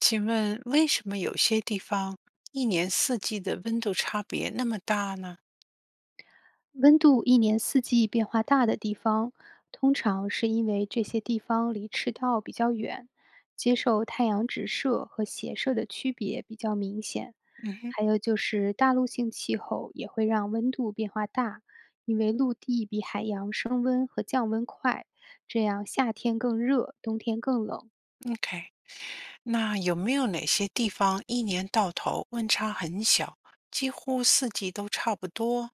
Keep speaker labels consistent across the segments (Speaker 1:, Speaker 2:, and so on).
Speaker 1: 请问为什么有些地方一年四季的温度差别那么大呢？
Speaker 2: 温度一年四季变化大的地方，通常是因为这些地方离赤道比较远，接受太阳直射和斜射的区别比较明显。
Speaker 1: 嗯哼
Speaker 2: 还有就是大陆性气候也会让温度变化大，因为陆地比海洋升温和降温快，这样夏天更热，冬天更冷。
Speaker 1: ，OK,那有没有哪些地方一年到头温差很小，几乎四季都差不多？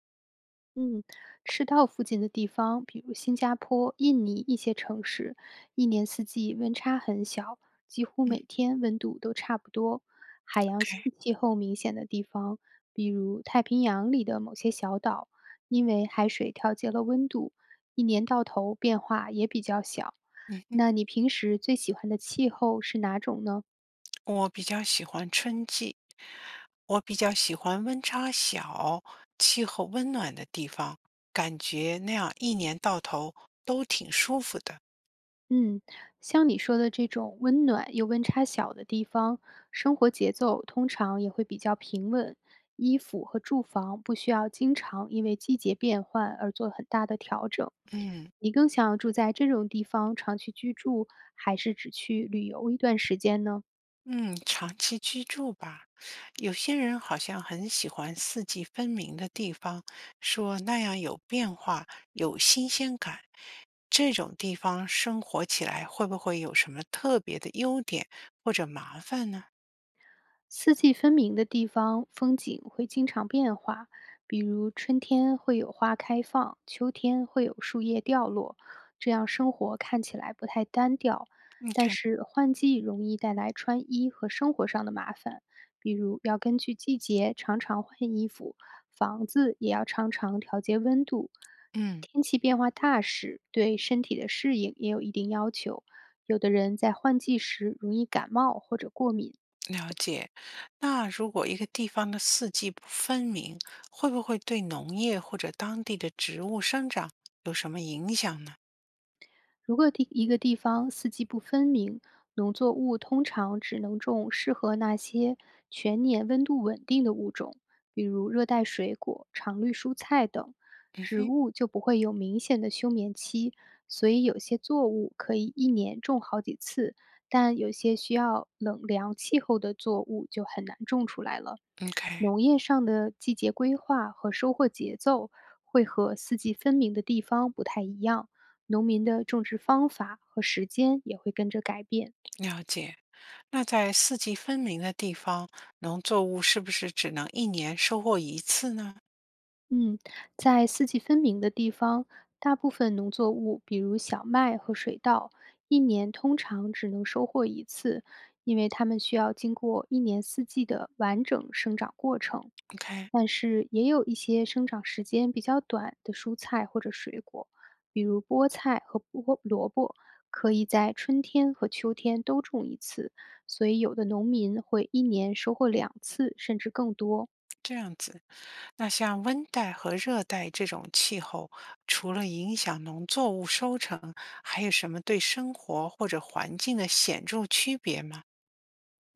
Speaker 2: 嗯，赤道附近的地方，比如新加坡、印尼一些城市，一年四季温差很小，几乎
Speaker 1: 嗯
Speaker 2: 每天温度都差不多。海洋性
Speaker 1: ，OK,
Speaker 2: 气候明显的地方，比如太平洋里的某些小岛，因为海水调节了温度，一年到头变化也比较小。
Speaker 1: 嗯哼，
Speaker 2: 那你平时最喜欢的气候是哪种呢？
Speaker 1: 我比较喜欢春季，我比较喜欢温差小、气候温暖的地方，感觉那样一年到头都挺舒服的。
Speaker 2: 嗯，像你说的这种温暖又温差小的地方，生活节奏通常也会比较平稳，衣服和住房不需要经常因为季节变换而做很大的调整。
Speaker 1: 嗯。
Speaker 2: 你更想要住在这种地方长期居住，还是只去旅游一段时间呢？
Speaker 1: 嗯，长期居住吧，有些人好像很喜欢四季分明的地方，说那样有变化，有新鲜感。这种地方生活起来会不会有什么特别的优点或者麻烦呢
Speaker 2: 四季分明的地方，风景会经常变化，比如春天会有花开放，秋天会有树叶掉落，这样生活看起来不太单调。但
Speaker 1: ？OK,
Speaker 2: 是换季容易带来穿衣和生活上的麻烦，比如要根据季节常常换衣服，房子也要常常调节温度。
Speaker 1: 嗯，
Speaker 2: 天气变化大时，对身体的适应也有一定要求。有的人在换季时容易感冒或者过敏，
Speaker 1: 了解。那如果一个地方的四季不分明，会不会对农业或者当地的植物生长有什么影响呢？
Speaker 2: 如果地一个地方四季不分明，农作物通常只能种适合那些全年温度稳定的物种，比如热带水果、常绿蔬菜等。
Speaker 1: 嗯
Speaker 2: 植
Speaker 1: 哼
Speaker 2: 物就不会有明显的休眠期，所以有些作物可以一年种好几次，但有些需要冷凉气候的作物就很难种出来了。
Speaker 1: ，OK,
Speaker 2: 农业上的季节规划和收获节奏会和四季分明的地方不太一样，农民的种植方法和时间也会跟着改变。
Speaker 1: 了解。那在四季分明的地方，农作物是不是只能一年收获一次呢
Speaker 2: 嗯，在四季分明的地方，大部分农作物，比如小麦和水稻，一年通常只能收获一次，因为它们需要经过一年四季的完整生长过程。
Speaker 1: ？OK,
Speaker 2: 但是也有一些生长时间比较短的蔬菜或者水果，比如菠菜和菠萝卜，可以在春天和秋天都种一次，所以有的农民会一年收获两次甚至更多。
Speaker 1: 这样子。那像温带和热带这种气候，除了影响农作物收成，还有什么对生活或者环境的显著区别吗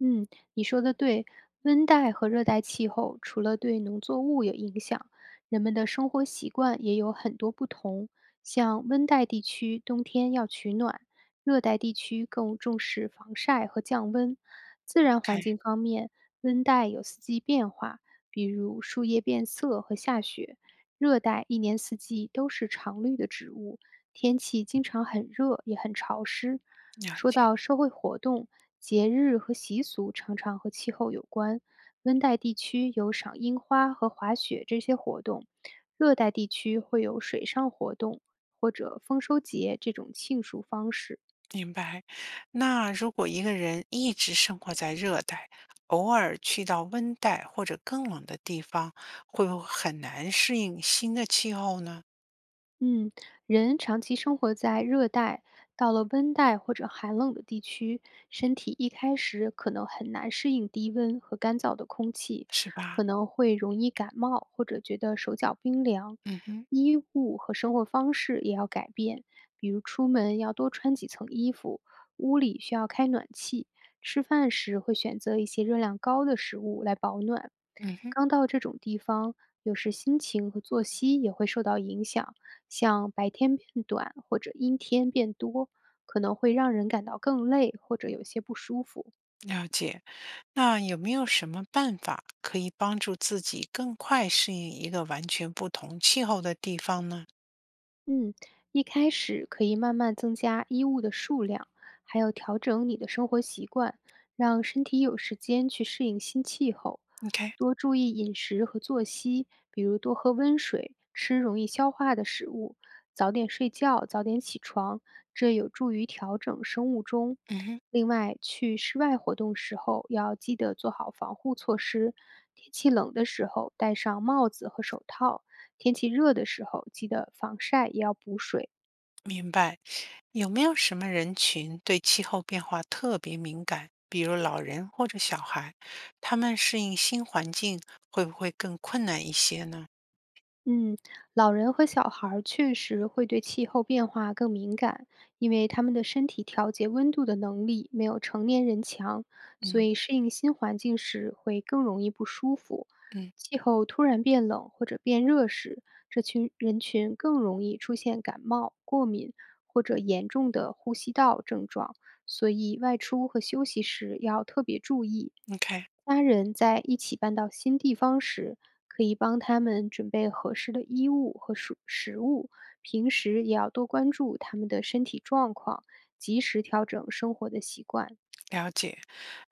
Speaker 2: 嗯，你说的对。温带和热带气候除了对农作物有影响，人们的生活习惯也有很多不同。像温带地区冬天要取暖，热带地区更重视防晒和降温。自然环境
Speaker 1: ？OK,
Speaker 2: 方面，温带有四季变化，比如树叶变色和下雪；热带一年四季都是常绿的植物，天气经常很热也很潮湿。
Speaker 1: 了
Speaker 2: 说
Speaker 1: 解，
Speaker 2: 到社会活动、节日和习俗，常常和气候有关。温带地区有赏樱花和滑雪这些活动，热带地区会有水上活动或者丰收节这种庆祝方式。
Speaker 1: 明白。那如果一个人一直生活在热带，偶尔去到温带或者更冷的地方，会不会很难适应新的气候呢？
Speaker 2: 嗯，人长期生活在热带，到了温带或者寒冷的地区，身体一开始可能很难适应低温和干燥的空气，
Speaker 1: 是吧？
Speaker 2: 可能会容易感冒或者觉得手脚冰凉。
Speaker 1: 嗯哼。
Speaker 2: 衣物和生活方式也要改变，比如出门要多穿几层衣服，屋里需要开暖气。吃饭时会选择一些热量高的食物来保暖。
Speaker 1: 嗯哼，
Speaker 2: 刚到这种地方，有时心情和作息也会受到影响，像白天变短或者阴天变多，可能会让人感到更累或者有些不舒服。
Speaker 1: 了解。那有没有什么办法可以帮助自己更快适应一个完全不同气候的地方呢？
Speaker 2: 嗯，一开始可以慢慢增加衣物的数量，还有调整你的生活习惯，让身体有时间去适应新气候。
Speaker 1: 你看，
Speaker 2: 多注意饮食和作息，比如多喝温水，吃容易消化的食物，早点睡觉，早点起床，这有助于调整生物钟。
Speaker 1: 嗯哼，
Speaker 2: 另外，去室外活动时候要记得做好防护措施，天气冷的时候戴上帽子和手套，天气热的时候，记得防晒也要补水。
Speaker 1: 明白。有没有什么人群对气候变化特别敏感，比如老人或者小孩，他们适应新环境会不会更困难一些呢？
Speaker 2: 嗯，老人和小孩儿确实会对气候变化更敏感，因为他们的身体调节温度的能力没有成年人强，所
Speaker 1: 嗯
Speaker 2: 以适应新环境时会更容易不舒服。
Speaker 1: 嗯
Speaker 2: 气候突然变冷或者变热时，这群人群更容易出现感冒、过敏或者严重的呼吸道症状，所以外出和休息时要特别注意。
Speaker 1: ，OK。
Speaker 2: 家人在一起搬到新地方时，可以帮他们准备合适的衣物和食食物，平时也要多关注他们的身体状况，及时调整生活的习惯。
Speaker 1: 了解，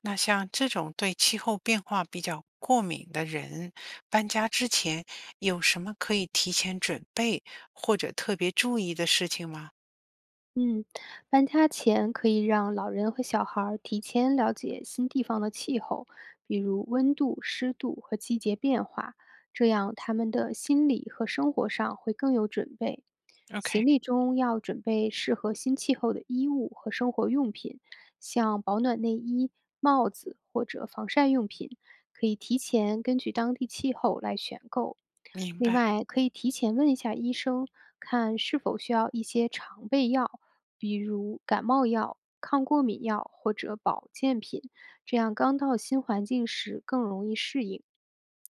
Speaker 1: 那像这种对气候变化比较过敏的人，搬家之前有什么可以提前准备或者特别注意的事情吗
Speaker 2: 嗯，搬家前可以让老人和小孩儿提前了解新地方的气候，比如温度、湿度和季节变化，这样他们的心理和生活上会更有准备。
Speaker 1: ？OK,
Speaker 2: 行李中要准备适合新气候的衣物和生活用品，像保暖内衣、帽子或者防晒用品，可以提前根据当地气候来选购。
Speaker 1: 明
Speaker 2: 另
Speaker 1: 白，
Speaker 2: 外，可以提前问一下医生，看是否需要一些常备药。比如感冒药、抗过敏药或者保健品，这样刚到新环境时更容易适应。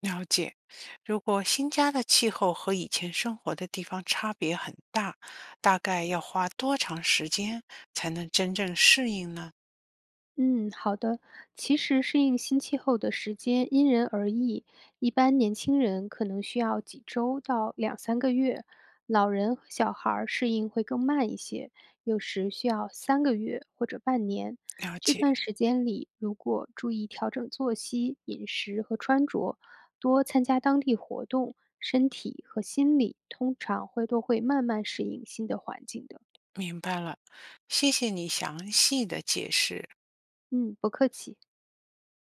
Speaker 1: 了解。如果新家的气候和以前生活的地方差别很大，大概要花多长时间才能真正适应呢？
Speaker 2: 嗯，好的。其实适应新气候的时间因人而异，一般年轻人可能需要几周到2、3个月，老人和小孩儿适应会更慢一些，有时需要三个月或者半年。
Speaker 1: 了
Speaker 2: 这
Speaker 1: 解，
Speaker 2: 段时间里，如果注意调整作息、饮食和穿着，多参加当地活动，身体和心理通常会都会慢慢适应新的环境的。
Speaker 1: 明白了，谢谢你详细的解释。
Speaker 2: 嗯，不客气。